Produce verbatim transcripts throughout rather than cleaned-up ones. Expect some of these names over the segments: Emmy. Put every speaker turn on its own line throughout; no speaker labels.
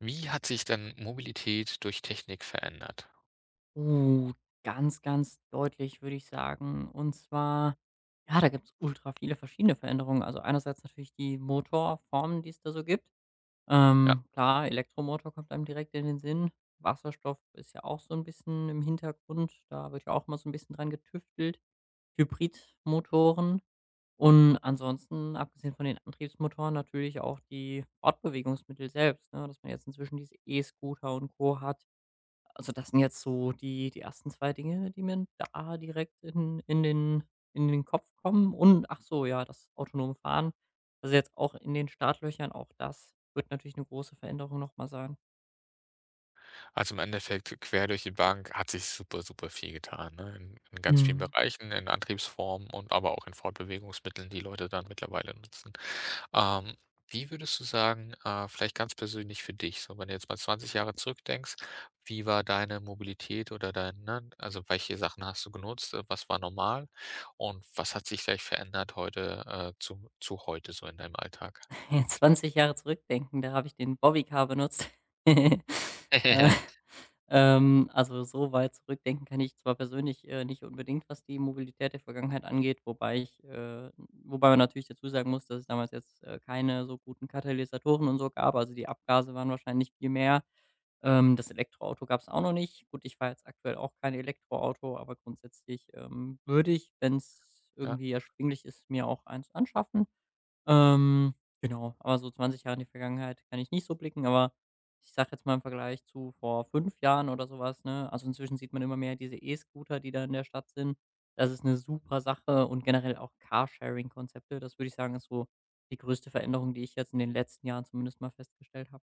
Wie hat sich denn Mobilität durch Technik verändert?
Uh, ganz, ganz deutlich, würde ich sagen. Und zwar, ja, da gibt es ultra viele verschiedene Veränderungen. Also einerseits natürlich die Motorformen, die es da so gibt.
Ja,
Ähm, klar, Elektromotor kommt einem direkt in den Sinn. Wasserstoff ist ja auch so ein bisschen im Hintergrund. Da wird ja auch mal so ein bisschen dran getüftelt. Hybridmotoren. Und ansonsten, abgesehen von den Antriebsmotoren, natürlich auch die Fortbewegungsmittel selbst. Ne? Dass man jetzt inzwischen diese E-Scooter und Co. hat. Also, das sind jetzt so die die ersten zwei Dinge, die mir da direkt in in den in den Kopf kommen. Und ach so, ja, das autonome Fahren. Also, jetzt auch in den Startlöchern, auch das wird natürlich eine große Veränderung noch mal sein.
also im Endeffekt quer durch die Bank hat sich super, super viel getan, ne? In, in ganz vielen
Mhm.
Bereichen, in Antriebsformen und aber auch in Fortbewegungsmitteln, die Leute dann mittlerweile nutzen. Ähm, Wie würdest du sagen, äh, vielleicht ganz persönlich für dich, so wenn du jetzt mal zwanzig Jahre zurückdenkst, wie war deine Mobilität oder dein, ne, also welche Sachen hast du genutzt, äh, was war normal und was hat sich vielleicht verändert heute äh, zu, zu heute so in deinem Alltag?
Jetzt zwanzig Jahre zurückdenken, da habe ich den Bobbycar benutzt. Äh. Ähm, also so weit zurückdenken kann ich zwar persönlich, äh, nicht unbedingt, was die Mobilität der Vergangenheit angeht, wobei ich äh, wobei man natürlich dazu sagen muss, dass es damals jetzt, äh, keine so guten Katalysatoren und so gab. Also, die Abgase waren wahrscheinlich viel mehr. Ähm, das Elektroauto gab es auch noch nicht. Gut, ich fahre jetzt aktuell auch kein Elektroauto, aber grundsätzlich, ähm, würde ich, wenn es
Ja.
irgendwie erschwinglich ist, mir auch eins anschaffen. Ähm, genau, aber so zwanzig Jahre in die Vergangenheit kann ich nicht so blicken, aber ich sage jetzt mal im Vergleich zu vor fünf Jahren oder sowas, ne? Also, inzwischen sieht man immer mehr diese E-Scooter, die da in der Stadt sind. Das ist eine super Sache und generell auch Carsharing-Konzepte. Das würde ich sagen, ist so die größte Veränderung, die ich jetzt in den letzten Jahren zumindest mal festgestellt habe.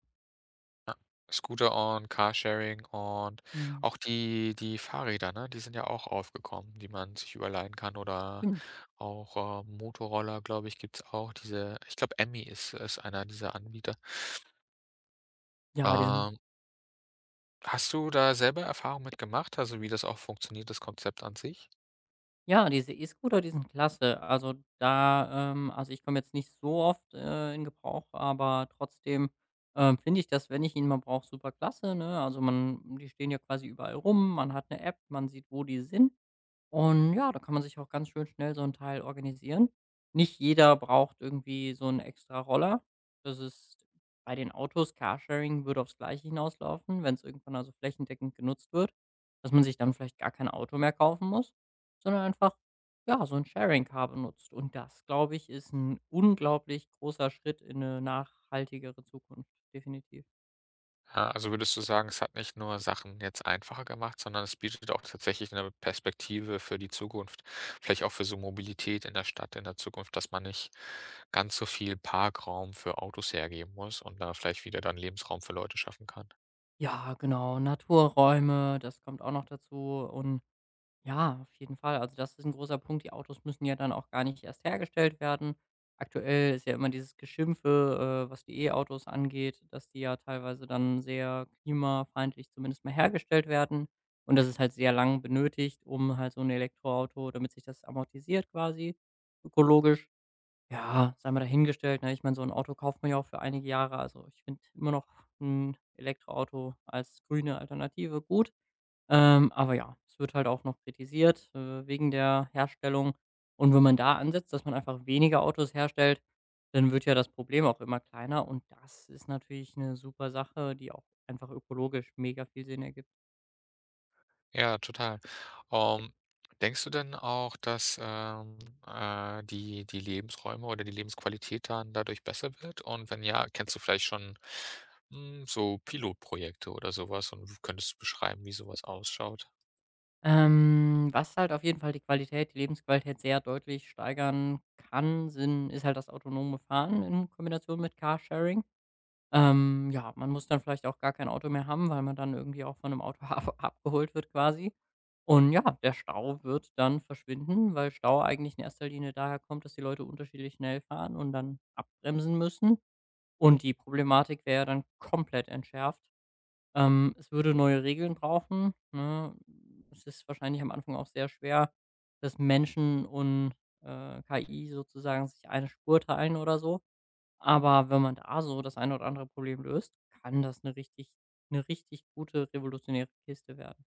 Ja, Scooter und Carsharing und
Mhm.
auch die die Fahrräder, ne? Die sind ja auch aufgekommen, die man sich überleihen kann oder
Stimmt.
auch, äh, Motorroller, glaube ich, gibt's auch diese ich glaube, Emmy ist ist einer dieser Anbieter.
Ja, diesen.
Ähm, Hast du da selber Erfahrung mit gemacht, also wie das auch funktioniert, das Konzept an sich?
Ja, diese E-Scooter, die sind klasse. Also da, ähm, also ich komme jetzt nicht so oft, äh, in Gebrauch, aber trotzdem, ähm, finde ich das, wenn ich ihn mal brauche, super klasse, ne? Also, man die stehen ja quasi überall rum, man hat eine App, man sieht, wo die sind. Und ja, da kann man sich auch ganz schön schnell so ein Teil organisieren. Nicht jeder braucht irgendwie so einen extra Roller. Das ist bei den Autos. Carsharing würde aufs Gleiche hinauslaufen, wenn es irgendwann also flächendeckend genutzt wird, dass man sich dann vielleicht gar kein Auto mehr kaufen muss, sondern einfach, ja, so ein Sharing-Car benutzt. Und das, glaube ich, ist ein unglaublich großer Schritt in eine nachhaltigere Zukunft, definitiv.
Ja, also würdest du sagen, es hat nicht nur Sachen jetzt einfacher gemacht, sondern es bietet auch tatsächlich eine Perspektive für die Zukunft, vielleicht auch für so Mobilität in der Stadt in der Zukunft, dass man nicht ganz so viel Parkraum für Autos hergeben muss und da vielleicht wieder dann Lebensraum für Leute schaffen kann?
Ja, genau, Naturräume, das kommt auch noch dazu. Und ja, auf jeden Fall. Also das ist ein großer Punkt. Die Autos müssen ja dann auch gar nicht erst hergestellt werden. Aktuell ist ja immer dieses Geschimpfe, äh, was die E-Autos angeht, dass die ja teilweise dann sehr klimafeindlich zumindest mal hergestellt werden. Und das ist halt sehr lang benötigt, um halt so ein Elektroauto, damit sich das amortisiert quasi, ökologisch. Ja, sei mal dahingestellt, ne? Ich meine, so ein Auto kauft man ja auch für einige Jahre. Also, ich finde immer noch ein Elektroauto als grüne Alternative gut. Ähm, aber ja, es wird halt auch noch kritisiert, äh, wegen der Herstellung. Und wenn man da ansetzt, dass man einfach weniger Autos herstellt, dann wird ja das Problem auch immer kleiner. Und das ist natürlich eine super Sache, die auch einfach ökologisch mega viel Sinn ergibt.
Ja, total. Ähm, Denkst du denn auch, dass, ähm, äh, die die Lebensräume oder die Lebensqualität dann dadurch besser wird? Und wenn ja, kennst du vielleicht schon, hm, so Pilotprojekte oder sowas? Und könntest du beschreiben, wie sowas ausschaut?
Ähm, was halt auf jeden Fall die Qualität die Lebensqualität sehr deutlich steigern kann, sind ist halt das autonome Fahren in Kombination mit Carsharing. Ähm, ja, man muss dann vielleicht auch gar kein Auto mehr haben, weil man dann irgendwie auch von einem Auto ab abgeholt wird quasi. Und ja, der Stau wird dann verschwinden, weil Stau eigentlich in erster Linie daher kommt, dass die Leute unterschiedlich schnell fahren und dann abbremsen müssen. Und die Problematik wäre ja dann komplett entschärft. Ähm, es würde neue Regeln brauchen, ne? Es ist wahrscheinlich am Anfang auch sehr schwer, dass Menschen und, äh, K I sozusagen sich eine Spur teilen oder so. Aber wenn man da so das eine oder andere Problem löst, kann das eine richtig, eine richtig gute revolutionäre Kiste werden.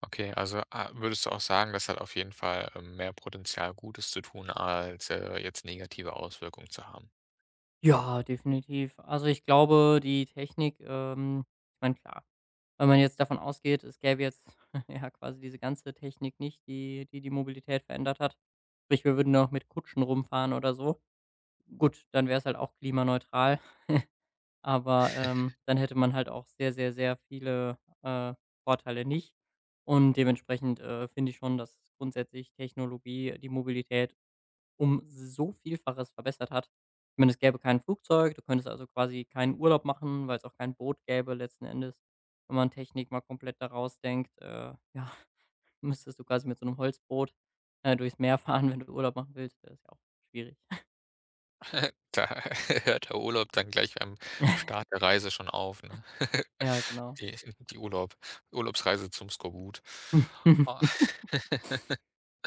Okay, also, ah, würdest du auch sagen, das hat auf jeden Fall, ähm, mehr Potenzial, Gutes zu tun, als, äh, jetzt negative Auswirkungen zu haben?
Ja, definitiv. Also, ich glaube, die Technik, ähm ich meine, klar, wenn man jetzt davon ausgeht, es gäbe jetzt ja quasi diese ganze Technik nicht, die die die Mobilität verändert hat. Sprich, wir würden noch mit Kutschen rumfahren oder so. Gut, dann wäre es halt auch klimaneutral. Aber, ähm, dann hätte man halt auch sehr, sehr, sehr viele, äh, Vorteile nicht. Und dementsprechend, äh, finde ich schon, dass grundsätzlich Technologie die Mobilität um so Vielfaches verbessert hat. Ich meine, es gäbe kein Flugzeug, du könntest also quasi keinen Urlaub machen, weil es auch kein Boot gäbe letzten Endes. Wenn man Technik mal komplett daraus denkt, äh, ja, müsstest du quasi mit so einem Holzboot, äh, durchs Meer fahren, wenn du Urlaub machen willst. Das ist ja auch schwierig.
Da hört der Urlaub dann gleich am Start der Reise schon auf, ne?
Ja, genau.
Die die Urlaub Urlaubsreise zum Skorbut. Ah.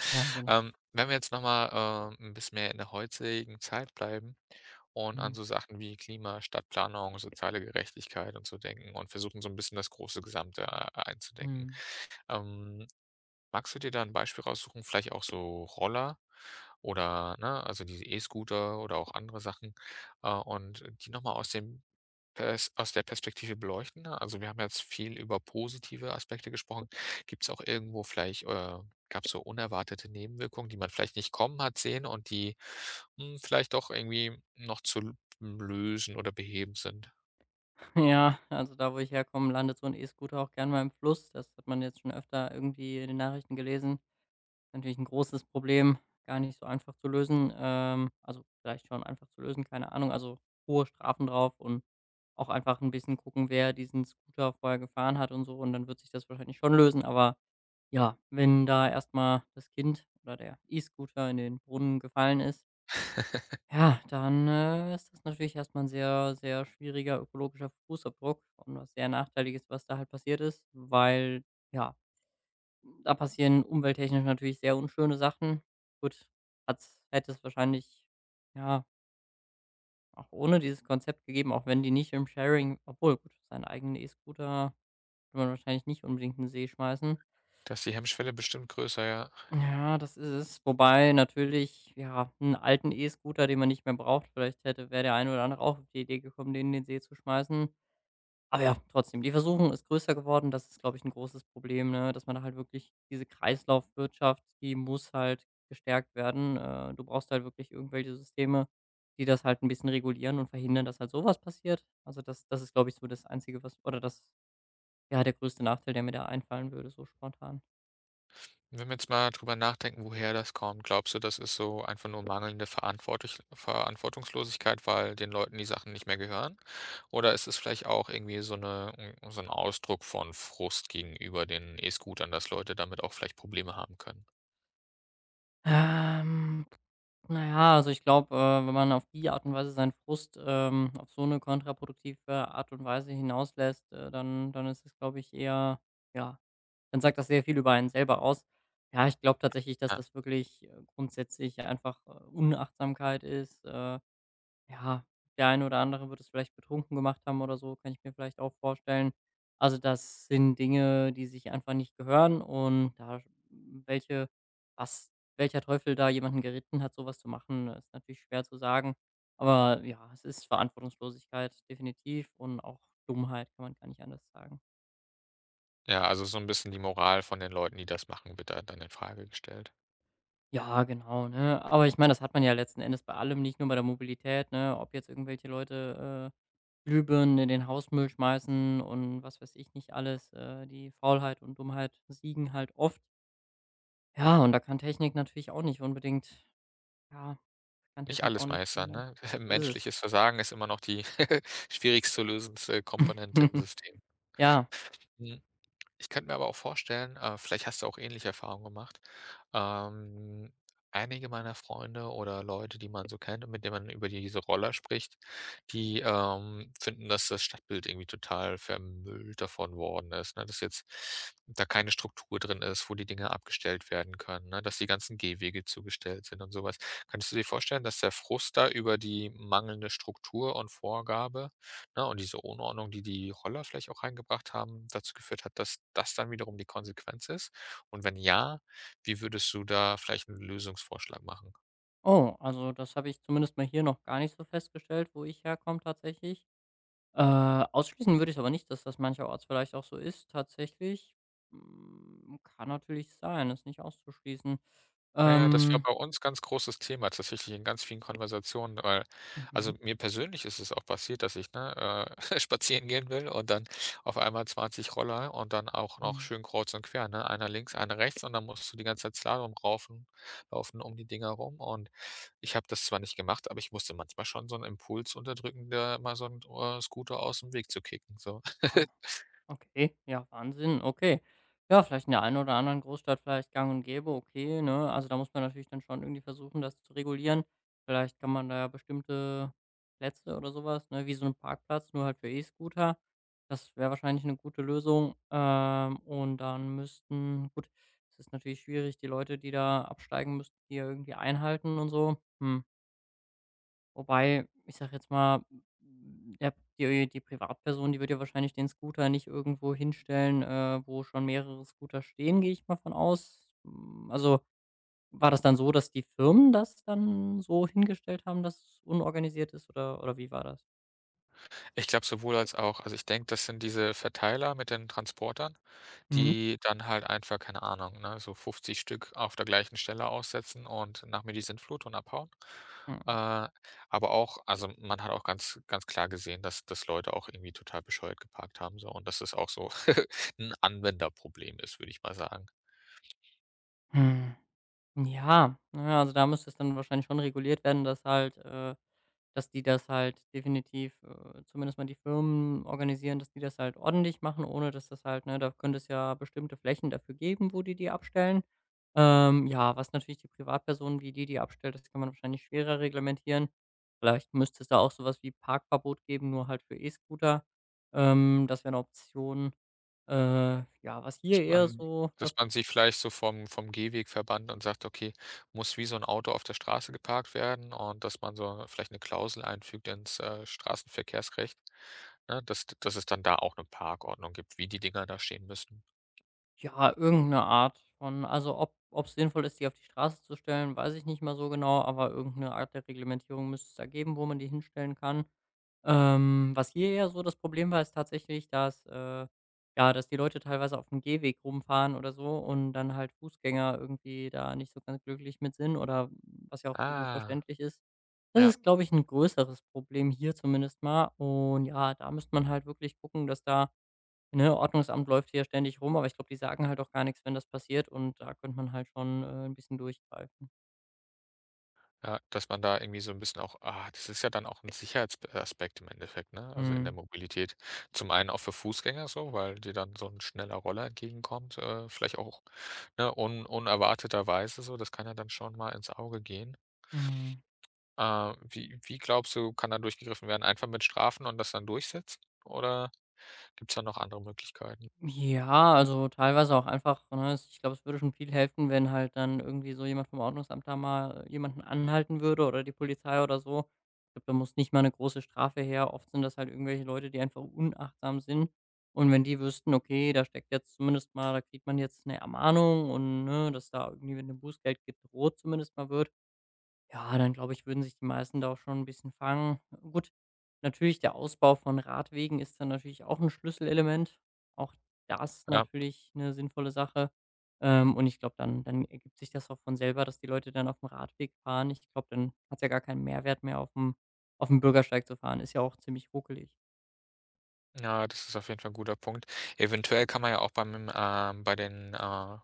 Ja, genau.
Ähm, wenn wir jetzt noch mal, äh, 'n bisschen mehr in der heutigen Zeit bleiben und an
Mhm.
so Sachen wie Klima, Stadtplanung, soziale Gerechtigkeit und so denken und versuchen, so ein bisschen das große Gesamte, äh, einzudenken.
Mhm.
Ähm, Magst du dir da ein Beispiel raussuchen? Vielleicht auch so Roller oder, ne, also diese E-Scooter oder auch andere Sachen, äh, und die noch mal aus dem Pers aus der Perspektive beleuchten, ne? Also, wir haben jetzt viel über positive Aspekte gesprochen. Gibt es auch irgendwo vielleicht äh, gab es so unerwartete Nebenwirkungen, die man vielleicht nicht kommen hat sehen und die, hm, vielleicht doch irgendwie noch zu l lösen oder beheben sind?
Ja, also da, wo ich herkomme, landet so ein E-Scooter auch gern mal im Fluss. Das hat man jetzt schon öfter irgendwie in den Nachrichten gelesen. Natürlich ein großes Problem, gar nicht so einfach zu lösen. Ähm, also vielleicht schon einfach zu lösen, keine Ahnung. Also hohe Strafen drauf und auch einfach ein bisschen gucken, wer diesen Scooter vorher gefahren hat und so, und dann wird sich das wahrscheinlich schon lösen. Aber ja, wenn da erstmal das Kind oder der E-Scooter in den Brunnen gefallen ist, ja, dann, äh, ist das natürlich erstmal ein sehr, sehr schwieriger ökologischer Fußabdruck und was sehr Nachteiliges, was da halt passiert ist, weil, ja, da passieren umwelttechnisch natürlich sehr unschöne Sachen. Gut, hat's hätte es wahrscheinlich, ja, auch ohne dieses Konzept gegeben, auch wenn die nicht im Sharing. Obwohl, gut, seinen eigenen E-Scooter kann man wahrscheinlich nicht unbedingt in 'n See schmeißen.
Da ist die Hemmschwelle bestimmt größer, ja.
Ja, das ist es. Wobei natürlich, ja, einen alten E-Scooter, den man nicht mehr braucht, vielleicht hätte wäre der eine oder andere auch auf die Idee gekommen, den in den See zu schmeißen. Aber ja, trotzdem, die Versuchung ist größer geworden. Das ist, glaube ich, ein großes Problem, ne, dass man da halt wirklich diese Kreislaufwirtschaft, die muss halt gestärkt werden. Äh, du brauchst halt wirklich irgendwelche Systeme, die das halt ein bisschen regulieren und verhindern, dass halt sowas passiert. Also, das das ist, glaube ich, so das Einzige, was oder das, ja, der größte Nachteil, der mir da einfallen würde, so spontan.
Wenn wir jetzt mal drüber nachdenken, woher das kommt, glaubst du, das ist so einfach nur mangelnde Verantwortlich Verantwortungslosigkeit, weil den Leuten die Sachen nicht mehr gehören? Oder ist es vielleicht auch irgendwie so eine mm, so ein Ausdruck von Frust gegenüber den E-Scootern, dass Leute damit auch vielleicht Probleme haben können?
Ähm. Na ja, also ich glaube, äh, wenn man auf die Art und Weise seinen Frust, ähm, auf so eine kontraproduktive Art und Weise hinauslässt, äh, dann dann ist es, glaube ich, eher, ja, dann sagt das sehr viel über einen selber aus. Ja, ich glaube tatsächlich, dass
Ja,
das wirklich, äh, grundsätzlich einfach, äh, Unachtsamkeit ist. Äh ja, der eine oder andere wird es vielleicht betrunken gemacht haben oder so, kann ich mir vielleicht auch vorstellen. Also, das sind Dinge, die sich einfach nicht gehören, und da sch welche was welcher Teufel da jemanden geritten hat, sowas zu machen, ist natürlich schwer zu sagen. Aber ja, es ist Verantwortungslosigkeit definitiv und auch Dummheit, kann man gar nicht anders sagen.
ja, also so ein bisschen die Moral von den Leuten, die das machen, wird da dann in Frage gestellt.
Ja, genau, ne? Aber ich meine, das hat man ja letzten Endes bei allem, nicht nur bei der Mobilität, ne? Ob jetzt irgendwelche Leute, äh, Glühbirnen in den Hausmüll schmeißen und was weiß ich nicht alles. Äh, die Faulheit und Dummheit siegen halt oft. Ja, und da kann Technik natürlich auch nicht unbedingt, ja, kann
Nicht
Technik auch
alles
nicht
meistern,
verhindern.
ne?
So ist es.
Menschliches Versagen ist immer noch die schwierigst zu lösendste Komponente im System.
Ja,
Mhm. Ich könnte mir aber auch vorstellen, äh, vielleicht hast du auch ähnliche Erfahrungen gemacht. Ähm, Einige meiner Freunde oder Leute, die man so kennt und mit denen man über diese Roller spricht, die, ähm, finden, dass das Stadtbild irgendwie total vermüllt davon worden ist, ne? Dass jetzt da keine Struktur drin ist, wo die Dinge abgestellt werden können, ne? Dass die ganzen Gehwege zugestellt sind und sowas. Kannst du dir vorstellen, dass der Frust da über die mangelnde Struktur und Vorgabe, ne, und diese Unordnung, die die Roller vielleicht auch reingebracht haben, dazu geführt hat, dass das dann wiederum die Konsequenz ist? Und wenn ja, wie würdest du da vielleicht einen Lösungsvorschlag machen?
oh, also das habe ich zumindest mal hier noch gar nicht so festgestellt, wo ich herkomme tatsächlich. Äh, Ausschließen würde ich aber nicht, dass das mancherorts vielleicht auch so ist tatsächlich. Hm, kann natürlich sein, ist nicht auszuschließen.
Ja, ja, das war
Ähm.
bei uns ganz großes Thema tatsächlich in ganz vielen Konversationen, weil also,
Mhm.
mir persönlich ist es auch passiert, dass ich, ne, äh, spazieren gehen will und dann auf einmal zwanzig Roller und dann auch noch
Mhm.
schön kreuz und quer, ne? Einer links, einer rechts und dann musst du die ganze Zeit Slalom raufen laufen um die Dinger rum und ich habe das zwar nicht gemacht, aber ich musste manchmal schon so einen Impuls unterdrücken, da mal so einen äh, Scooter aus dem Weg zu kicken, so.
Okay, ja, Wahnsinn, okay. Ja, vielleicht in der einen oder anderen Großstadt vielleicht gang und gäbe, okay, ne? Also da muss man natürlich dann schon irgendwie versuchen, das zu regulieren. Vielleicht kann man da ja bestimmte Plätze oder sowas, ne, wie so 'n Parkplatz, nur halt für E-Scooter. Das wäre wahrscheinlich eine gute Lösung. Ähm, und dann müssten, gut, es ist natürlich schwierig, die Leute, die da absteigen müssten, die ja irgendwie einhalten und so. Hm. Wobei, ich sage jetzt mal, hm, der die die Privatperson, die wird ja wahrscheinlich den Scooter nicht irgendwo hinstellen, äh, wo schon mehrere Scooter stehen, gehe ich mal von aus. Hm, also, war das dann so, dass die Firmen das dann so hingestellt haben, dass es unorganisiert ist, oder oder wie war das?
Ich glaube sowohl als auch. Also, ich denke, das sind diese Verteiler mit den Transportern,
Mhm.
die dann halt einfach, keine Ahnung, ne, so fünfzig Stück auf der gleichen Stelle aussetzen und nach mir die Sintflut und abhauen. Äh, aber auch also, man hat auch ganz ganz klar gesehen, dass dass Leute auch irgendwie total bescheuert geparkt haben so und dass es auch so ein Anwenderproblem ist, würde ich mal sagen.
Mhm. Ja, na ja, also da müsste es dann wahrscheinlich schon reguliert werden, dass halt, äh, dass die das halt definitiv, äh, zumindest mal die Firmen organisieren, dass die das halt ordentlich machen, ohne dass das halt, ne, da könnte es ja bestimmte Flächen dafür geben, wo die die abstellen. Ähm, ja, was natürlich die Privatpersonen, wie die die abstellt, das kann man wahrscheinlich schwerer reglementieren. Vielleicht müsste es da auch sowas wie Parkverbot geben, nur halt für E-Scooter. Ähm, das wäre eine Option. Äh, ja, was
Dass
hier eher
man
so
Dass
das.
man sich vielleicht so vom vom Gehweg verbannt und sagt: „Okay, muss wie so ein Auto auf der Straße geparkt werden“, und dass man so vielleicht eine Klausel einfügt ins, äh, Straßenverkehrsrecht, ne, dass dass es dann da auch eine Parkordnung gibt, wie die Dinger da stehen müssen.
Ja, irgendeine Art von, also, ob ob es sinnvoll ist, die auf die Straße zu stellen, weiß ich nicht mal so genau, aber irgendeine Art der Reglementierung müsste es da geben, wo man die hinstellen kann. Ähm, was hier ja so das Problem war, ist tatsächlich, dass, äh ja, dass die Leute teilweise auf dem Gehweg rumfahren oder so und dann halt Fußgänger irgendwie da nicht so ganz glücklich mit sind, oder was ja auch irgendwo
Ah,
verständlich ist. Das
ja.
ist, glaube ich, ein größeres Problem hier zumindest mal, und ja, da müsste man halt wirklich gucken, dass da. Ne, Ordnungsamt läuft hier ständig rum, aber ich glaube, die sagen halt auch gar nichts, wenn das passiert, und da könnte man halt schon, äh, 'n bisschen durchgreifen.
Ja, dass man da irgendwie so ein bisschen auch ah, das ist ja dann auch ein Sicherheitsaspekt im Endeffekt, ne? Also, in der
Mhm,
Mobilität. Zum einen auch für Fußgänger so, weil dir dann so ein schneller Roller entgegenkommt, äh, vielleicht auch, ne, un unerwarteterweise so. Das kann ja dann schon mal ins Auge gehen.
mhm.
Äh, wie wie glaubst du, kann da durchgegriffen werden? Einfach mit Strafen und das dann durchsetzen oder gibt's da noch andere Möglichkeiten?
Ja, also teilweise auch einfach, ne, es ich glaube, es würde schon viel helfen, wenn halt dann irgendwie so jemand vom Ordnungsamt da mal, äh, jemanden anhalten würde oder die Polizei oder so. Ich glaube, da muss nicht mal eine große Strafe her. Oft sind das halt irgendwelche Leute, die einfach unachtsam sind. Und wenn die wüssten, okay, da steckt jetzt zumindest mal, da kriegt man jetzt eine Ermahnung und, ne, dass da irgendwie, wenn ein Bußgeld gibt, rot zumindest mal wird. Ja, dann glaube ich, würden sich die meisten da auch schon ein bisschen fangen. Gut, natürlich der Ausbau von Radwegen ist dann natürlich auch ein Schlüsselelement. Auch das
Ja.
natürlich eine sinnvolle Sache. Ähm, und ich glaube, dann dann ergibt sich das auch von selber, dass die Leute dann auf dem Radweg fahren. Ich glaube, dann hat's ja gar keinen Mehrwert mehr, auf dem auf dem Bürgersteig zu fahren. Ist ja auch ziemlich ruckelig.
Ja, das ist auf jeden Fall ein guter Punkt. Eventuell kann man ja auch beim ähm, bei den, äh,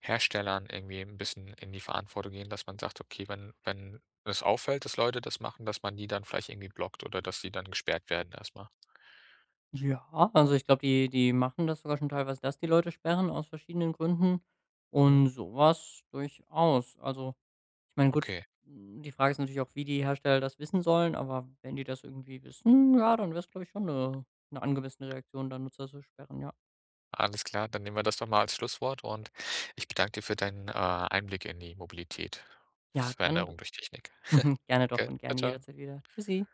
Herstellern irgendwie ein bisschen in die Verantwortung gehen, dass man sagt: „Okay, wenn wenn es auffällt, dass Leute das machen, dass man die dann vielleicht irgendwie blockt oder dass die dann gesperrt werden erstmal.
Ja, also ich glaube, die die machen das sogar schon teilweise, dass die Leute sperren aus verschiedenen Gründen
Mal.“
und
Mhm,
sowas durchaus. Also, ich meine, gut,
okay,
hm, die Frage ist natürlich auch, wie die Hersteller das wissen sollen, aber wenn die das irgendwie wissen, ja, dann wäre es, glaube ich, schon, äh, eine 'ne angemessene Reaktion, da Nutzer zu sperren, ja.
alles klar, dann nehmen wir das doch mal als Schlusswort und ich bedanke dir für deinen, äh, Einblick in die Mobilität,
Ja, gerne
Veränderung
doch.
durch Technik.
Gerne doch
Danke.
und
Tschau,
gerne
tschau.
jederzeit wieder. Tschüssi.